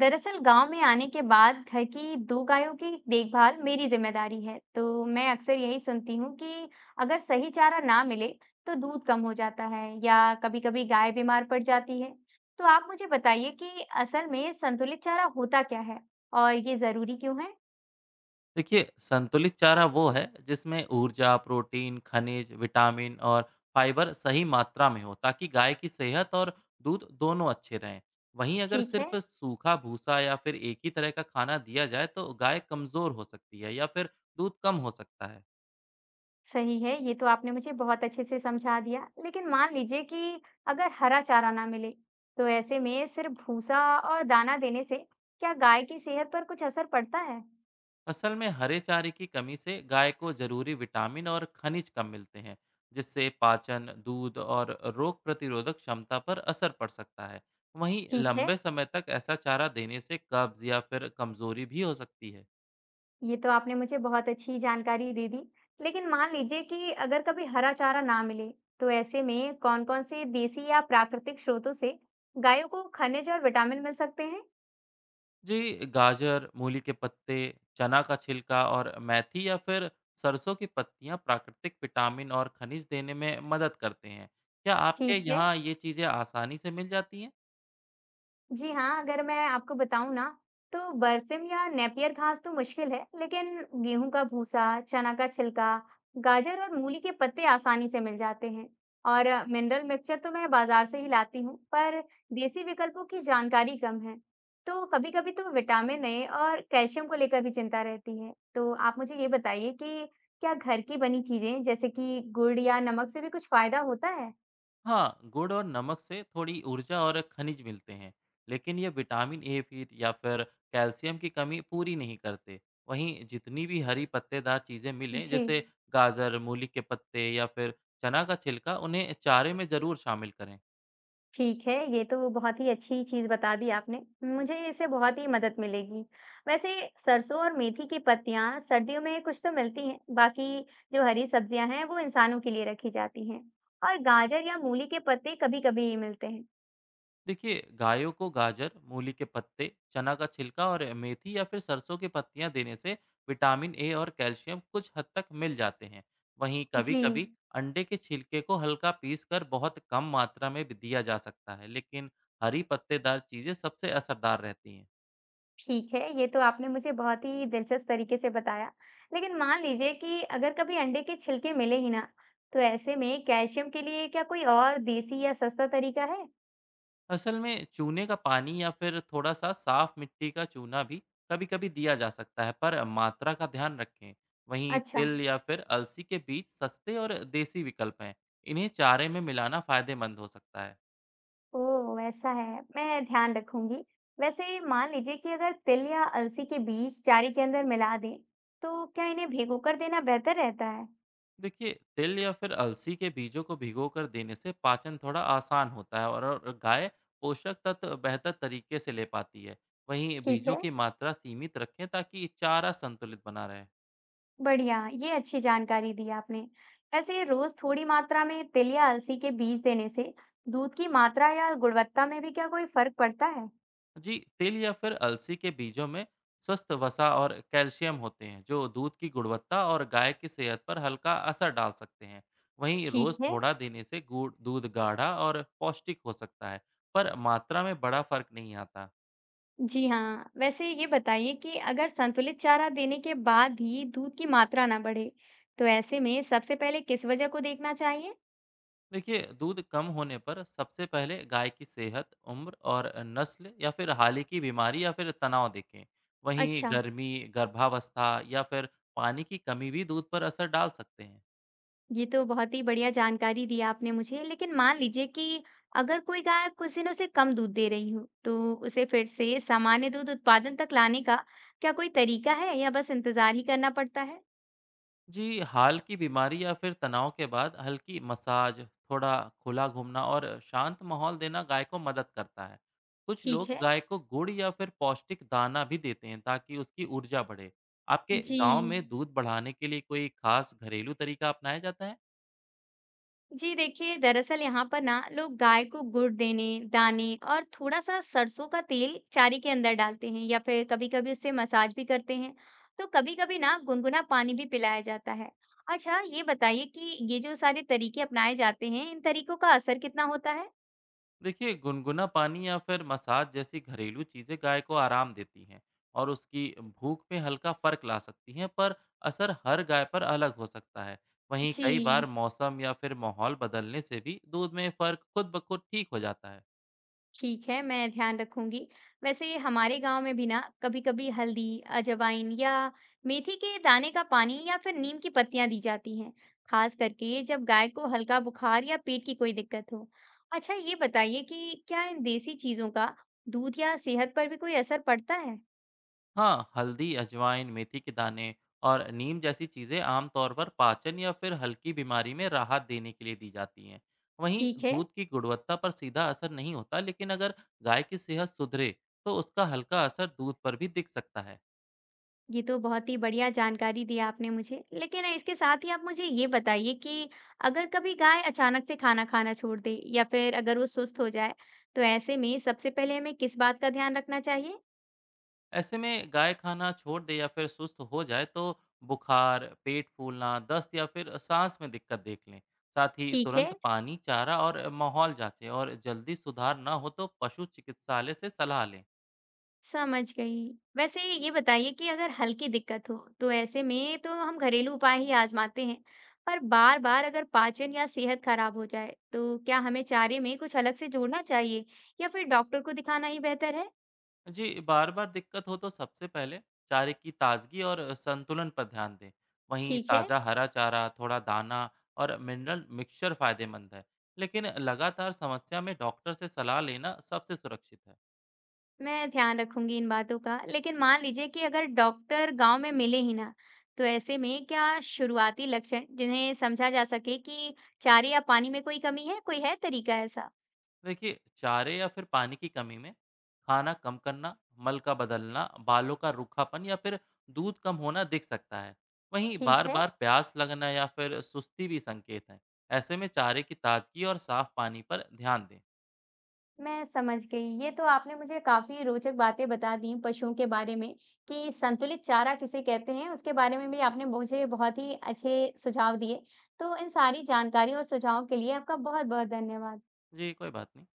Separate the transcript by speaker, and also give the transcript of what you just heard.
Speaker 1: दरअसल गांव में आने के बाद घर की दो गायों की देखभाल मेरी जिम्मेदारी है, तो मैं अक्सर यही सुनती हूँ कि अगर सही चारा ना मिले तो दूध कम हो जाता है या कभी-कभी गाय बीमार पड़ जाती है। तो आप मुझे बताइए कि असल में संतुलित चारा होता क्या है और ये जरूरी क्यों है।
Speaker 2: देखिए, संतुलित चारा वो है जिसमें ऊर्जा, प्रोटीन, खनिज, विटामिन और फाइबर सही मात्रा में हो ताकि गाय की सेहत और दूध दोनों अच्छे रहें। वहीं अगर
Speaker 1: ठीक है।
Speaker 2: सिर्फ सूखा भूसा या फिर एक ही तरह का खाना दिया जाए तो गाय कमज़ोर हो सकती है या फिर दूध कम हो सकता है।
Speaker 1: सही है, ये तो आपने मुझे बहुत अच्छे से समझा दिया, लेकिन मान लीजिए कि अगर हरा चारा ना मिले तो ऐसे में सिर्फ भूसा और दाना देने से क्या गाय की सेहत पर कुछ असर पड़ता है।
Speaker 2: असल में हरे चारे की कमी से गाय को जरूरी विटामिन और खनिज कम मिलते हैं, जिससे पाचन, दूध और रोग प्रतिरोधक क्षमता पर असर पड़ सकता है। वहीं
Speaker 1: ठीक है,
Speaker 2: लंबे समय तक ऐसा चारा देने से कब्ज या फिर कमजोरी भी हो सकती है।
Speaker 1: ये तो आपने मुझे बहुत अच्छी जानकारी दे दी। लेकिन मान लीजिए कि अगर कभी हरा चारा ना मिले, तो ऐसे में कौन-कौन से देसी या प्राकृतिक स्रोतों से गायों को खनिज और विटामिन मिल सकते हैं?
Speaker 2: जी, गाजर मूली के पत्ते, चना का छिलका और मेथी या फिर सरसों की पत्तियां प्राकृतिक विटामिन और खनिज देने में मदद करते हैं। क्या आपके
Speaker 1: ठीक है।
Speaker 2: यहाँ ये चीज़ें आसानी से मिल जाती हैं?
Speaker 1: जी हाँ, अगर मैं आपको बताऊं ना, तो बरसिम या नेपियर घास तो मुश्किल है, लेकिन गेहूं का भूसा, चना का छिलका, गाजर और मूली के पत्ते आसानी से मिल जाते हैं। और मिनरल मिक्सचर तो मैं बाजार से ही लाती हूँ, पर देसी विकल्पों की जानकारी कम है। तो कभी-कभी तो विटामिन ए और कैल्शियम को लेकर भी चिंता रहती है। तो आप मुझे ये बताइए कि क्या घर की बनी चीजें जैसे कि गुड़ या नमक से भी कुछ फायदा होता है?
Speaker 2: हाँ, गुड़ और नमक से थोड़ी ऊर्जा और खनिज मिलते हैं, लेकिन ये विटामिन ए फिर या फिर कैल्शियम की कमी पूरी नहीं करते। वहीं जितनी भी हरी पत्तेदार चीज़ें मिलें,
Speaker 1: जी।
Speaker 2: जैसे गाजर, मूली के पत्ते या फिर चना का छिलका, उन्हें चारे में ज़रूर शामिल करें।
Speaker 1: ठीक है, ये तो बहुत ही अच्छी चीज़ बता दी आपने। मुझे इससे बहुत ही मदद मिलेगी। वैसे सरसों और मेथी की पत्तियाँ सर्दियों में कुछ तो मिलती हैं, बाकी जो हरी सब्जियां हैं वो इंसानों के लिए रखी जाती हैं और गाजर या मूली के पत्ते कभी-कभी ही मिलते हैं।
Speaker 2: देखिए, गायों को गाजर मूली के पत्ते, चना का छिलका और मेथी या फिर सरसों की पत्तियां देने से विटामिन ए और कैल्शियम कुछ हद तक मिल जाते हैं। वहीं कभी
Speaker 1: जी,
Speaker 2: कभी अंडे के छिलके को हल्का पीस कर बहुत कम मात्रा में भी दिया जा सकता है, लेकिन हरी पत्तेदार चीज़ें सबसे असरदार रहती हैं।
Speaker 1: ठीक है, ये तो आपने मुझे बहुत ही दिलचस्प तरीके से बताया। लेकिन मान लीजिए कि अगर कभी अंडे के छिलके मिले ही ना, तो ऐसे में कैल्शियम के लिए क्या कोई और देसी या सस्ता तरीका है?
Speaker 2: असल में चूने का पानी या फिर थोड़ा सा साफ मिट्टी का चूना भी कभी कभी दिया जा सकता है, पर मात्रा का ध्यान रखें। वहीं
Speaker 1: अच्छा।
Speaker 2: तिल या फिर अलसी के बीज सस्ते और देसी विकल्प हैं। इन्हें चारे में मिलाना फायदेमंद हो सकता है।
Speaker 1: ओह, ऐसा है। मैं ध्यान रखूंगी। वैसे मान लीजिए कि अगर तिल या अलसी के बीज चारे के अंदर मिला दें, तो क्या इन्हें भिगोकर देना बेहतर रहता है?
Speaker 2: देखिए, तिल या फिर अलसी के बीजों को भिगोकर देने से पाचन थोड़ा आसान होता है और गाय पोषक तत्व बेहतर तरीके से ले पाती है। वहीं
Speaker 1: ठीक
Speaker 2: बीजों
Speaker 1: है।
Speaker 2: की मात्रा सीमित रखें ताकि चारा संतुलित बना रहे।
Speaker 1: बढ़िया, ये अच्छी जानकारी दी आपने। वैसे रोज थोड़ी मात्रा में तिल या अलसी के बीज देने से दूध की मात्रा या गुणवत्ता में भी क्या कोई फर्क पड़ता है?
Speaker 2: जी, तिल या फिर अलसी के बीजों में स्वस्थ वसा और कैल्शियम होते हैं, जो दूध की गुणवत्ता और गाय की सेहत पर हल्का असर डाल सकते हैं। वहीं
Speaker 1: ठीक
Speaker 2: रोज
Speaker 1: है।
Speaker 2: थोड़ा देने से गुड़ दूध गाढ़ा और पौष्टिक हो सकता है, पर मात्रा में बड़ा फर्क नहीं आता।
Speaker 1: जी हाँ, वैसे ये बताइए कि अगर संतुलित चारा देने के बाद भी दूध की मात्रा ना बढ़े, तो ऐसे में सबसे पहले किस वजह को देखना चाहिए?
Speaker 2: देखिए, दूध कम होने पर सबसे पहले गाय की सेहत, उम्र और नस्ल या फिर हाल ही की बीमारी या फिर तनाव देखें। वहीं
Speaker 1: अच्छा।
Speaker 2: गर्मी, गर्भावस्था या फिर पानी की कमी भी दूध पर असर डाल सकते हैं।
Speaker 1: ये तो बहुत ही बढ़िया जानकारी दी आपने मुझे। लेकिन मान लीजिए कि अगर कोई गाय कुछ दिनों से कम दूध दे रही हो, तो उसे फिर से सामान्य दूध उत्पादन तक लाने का क्या कोई तरीका है या बस इंतज़ार ही करना पड़ता है?
Speaker 2: जी, हाल की बीमारी या फिर तनाव के बाद हल्की मसाज, थोड़ा खुला घूमना और शांत माहौल देना गाय को मदद करता है। कुछ
Speaker 1: ठीक
Speaker 2: लोग
Speaker 1: है।
Speaker 2: गाय को गुड़ या फिर पौष्टिक दाना भी देते हैं ताकि उसकी ऊर्जा बढ़े। आपके
Speaker 1: जी।
Speaker 2: गांव में दूध बढ़ाने के लिए कोई खास घरेलू तरीका अपनाया जाता है?
Speaker 1: जी, देखिए दरअसल यहाँ पर ना लोग गाय को गुड़, देने दाने और थोड़ा सा सरसों का तेल चारे के अंदर डालते हैं या फिर कभी कभी उससे मसाज भी करते हैं। तो कभी कभी ना गुनगुना पानी भी पिलाया जाता है। अच्छा, ये बताइए कि ये जो सारे तरीके अपनाए जाते हैं, इन तरीकों का असर कितना होता है?
Speaker 2: देखिए, गुनगुना पानी या फिर मसाज जैसी घरेलू चीज़ें गाय को आराम देती हैं और उसकी भूख में हल्का फर्क ला सकती हैं, पर असर हर गाय पर अलग हो सकता है। वहीं कई बार
Speaker 1: जी।
Speaker 2: मौसम या फिर माहौल बदलने से भी दूध में फर्क खुद ब खुद ठीक हो जाता है।
Speaker 1: ठीक है, मैं ध्यान रखूंगी। वैसे हमारे गांव में भी ना कभी कभी हल्दी, अजवाइन या मेथी के दाने का पानी या फिर नीम की पत्तियां दी जाती हैं, खास करके जब गाय को हल्का बुखार या पेट की कोई दिक्कत हो। अच्छा, ये बताइए कि क्या इन देसी चीजों का दूध या सेहत पर भी कोई असर पड़ता है?
Speaker 2: हाँ, हल्दी, अजवाइन, मेथी के दाने और नीम जैसी चीज़ें आमतौर पर पाचन या फिर हल्की बीमारी में राहत देने के लिए दी जाती हैं। वहीं
Speaker 1: ठीक है।
Speaker 2: दूध की गुणवत्ता पर सीधा असर नहीं होता, लेकिन अगर गाय की सेहत सुधरे, तो उसका हल्का असर दूध पर भी दिख सकता है।
Speaker 1: ये तो बहुत ही बढ़िया जानकारी दी आपने मुझे। लेकिन इसके साथ ही आप मुझे ये बताइए कि अगर कभी गाय अचानक से खाना खाना छोड़ दे या फिर अगर वो सुस्त हो जाए, तो ऐसे में सबसे पहले हमें किस बात का ध्यान रखना चाहिए?
Speaker 2: ऐसे में गाय खाना छोड़ दे या फिर सुस्त हो जाए, तो बुखार, पेट फूलना, दस्त या फिर सांस में दिक्कत देख लें। साथ ही
Speaker 1: ठीक
Speaker 2: तुरंत
Speaker 1: है,
Speaker 2: पानी, चारा और माहौल जांचें और जल्दी सुधार ना हो तो पशु चिकित्सालय से सलाह लें।
Speaker 1: समझ गई। वैसे ये बताइए कि अगर हल्की दिक्कत हो, तो ऐसे में तो हम घरेलू उपाय ही आजमाते हैं। पर बार-बार अगर पाचन या सेहत खराब हो जाए, तो क्या हमें चारे में कुछ अलग से जोड़ना चाहिए या फिर डॉक्टर को दिखाना ही बेहतर है?
Speaker 2: जी, बार-बार दिक्कत हो तो सबसे पहले चारे की ताज़गी और संतुलन पर ध्यान दें। वहीं
Speaker 1: ठीक है।
Speaker 2: ताज़ा हरा चारा, थोड़ा दाना और मिनरल मिक्सचर फ़ायदेमंद है, लेकिन लगातार समस्या में डॉक्टर से सलाह लेना सबसे सुरक्षित है।
Speaker 1: मैं ध्यान रखूंगी इन बातों का। लेकिन मान लीजिए कि अगर डॉक्टर गांव में मिले ही ना, तो ऐसे में क्या शुरुआती लक्षण जिन्हें समझा जा सके कि चारे या पानी में कोई कमी है, कोई है तरीका ऐसा?
Speaker 2: देखिए, चारे या फिर पानी की कमी में खाना कम करना, मल का बदलना, बालों का रूखापन या फिर दूध कम होना दिख सकता है। वहीं
Speaker 1: ठीक है।
Speaker 2: बार-बार प्यास लगना या फिर सुस्ती भी संकेत हैं। ऐसे में चारे की ताज़गी और साफ़ पानी पर ध्यान दें।
Speaker 1: मैं समझ गई, ये तो आपने मुझे काफी रोचक बातें बता दी पशुओं के बारे में कि संतुलित चारा किसे कहते हैं, उसके बारे में भी आपने मुझे बहुत ही अच्छे सुझाव दिए। तो इन सारी जानकारी और सुझावों के लिए आपका बहुत बहुत धन्यवाद।
Speaker 2: जी, कोई बात नहीं।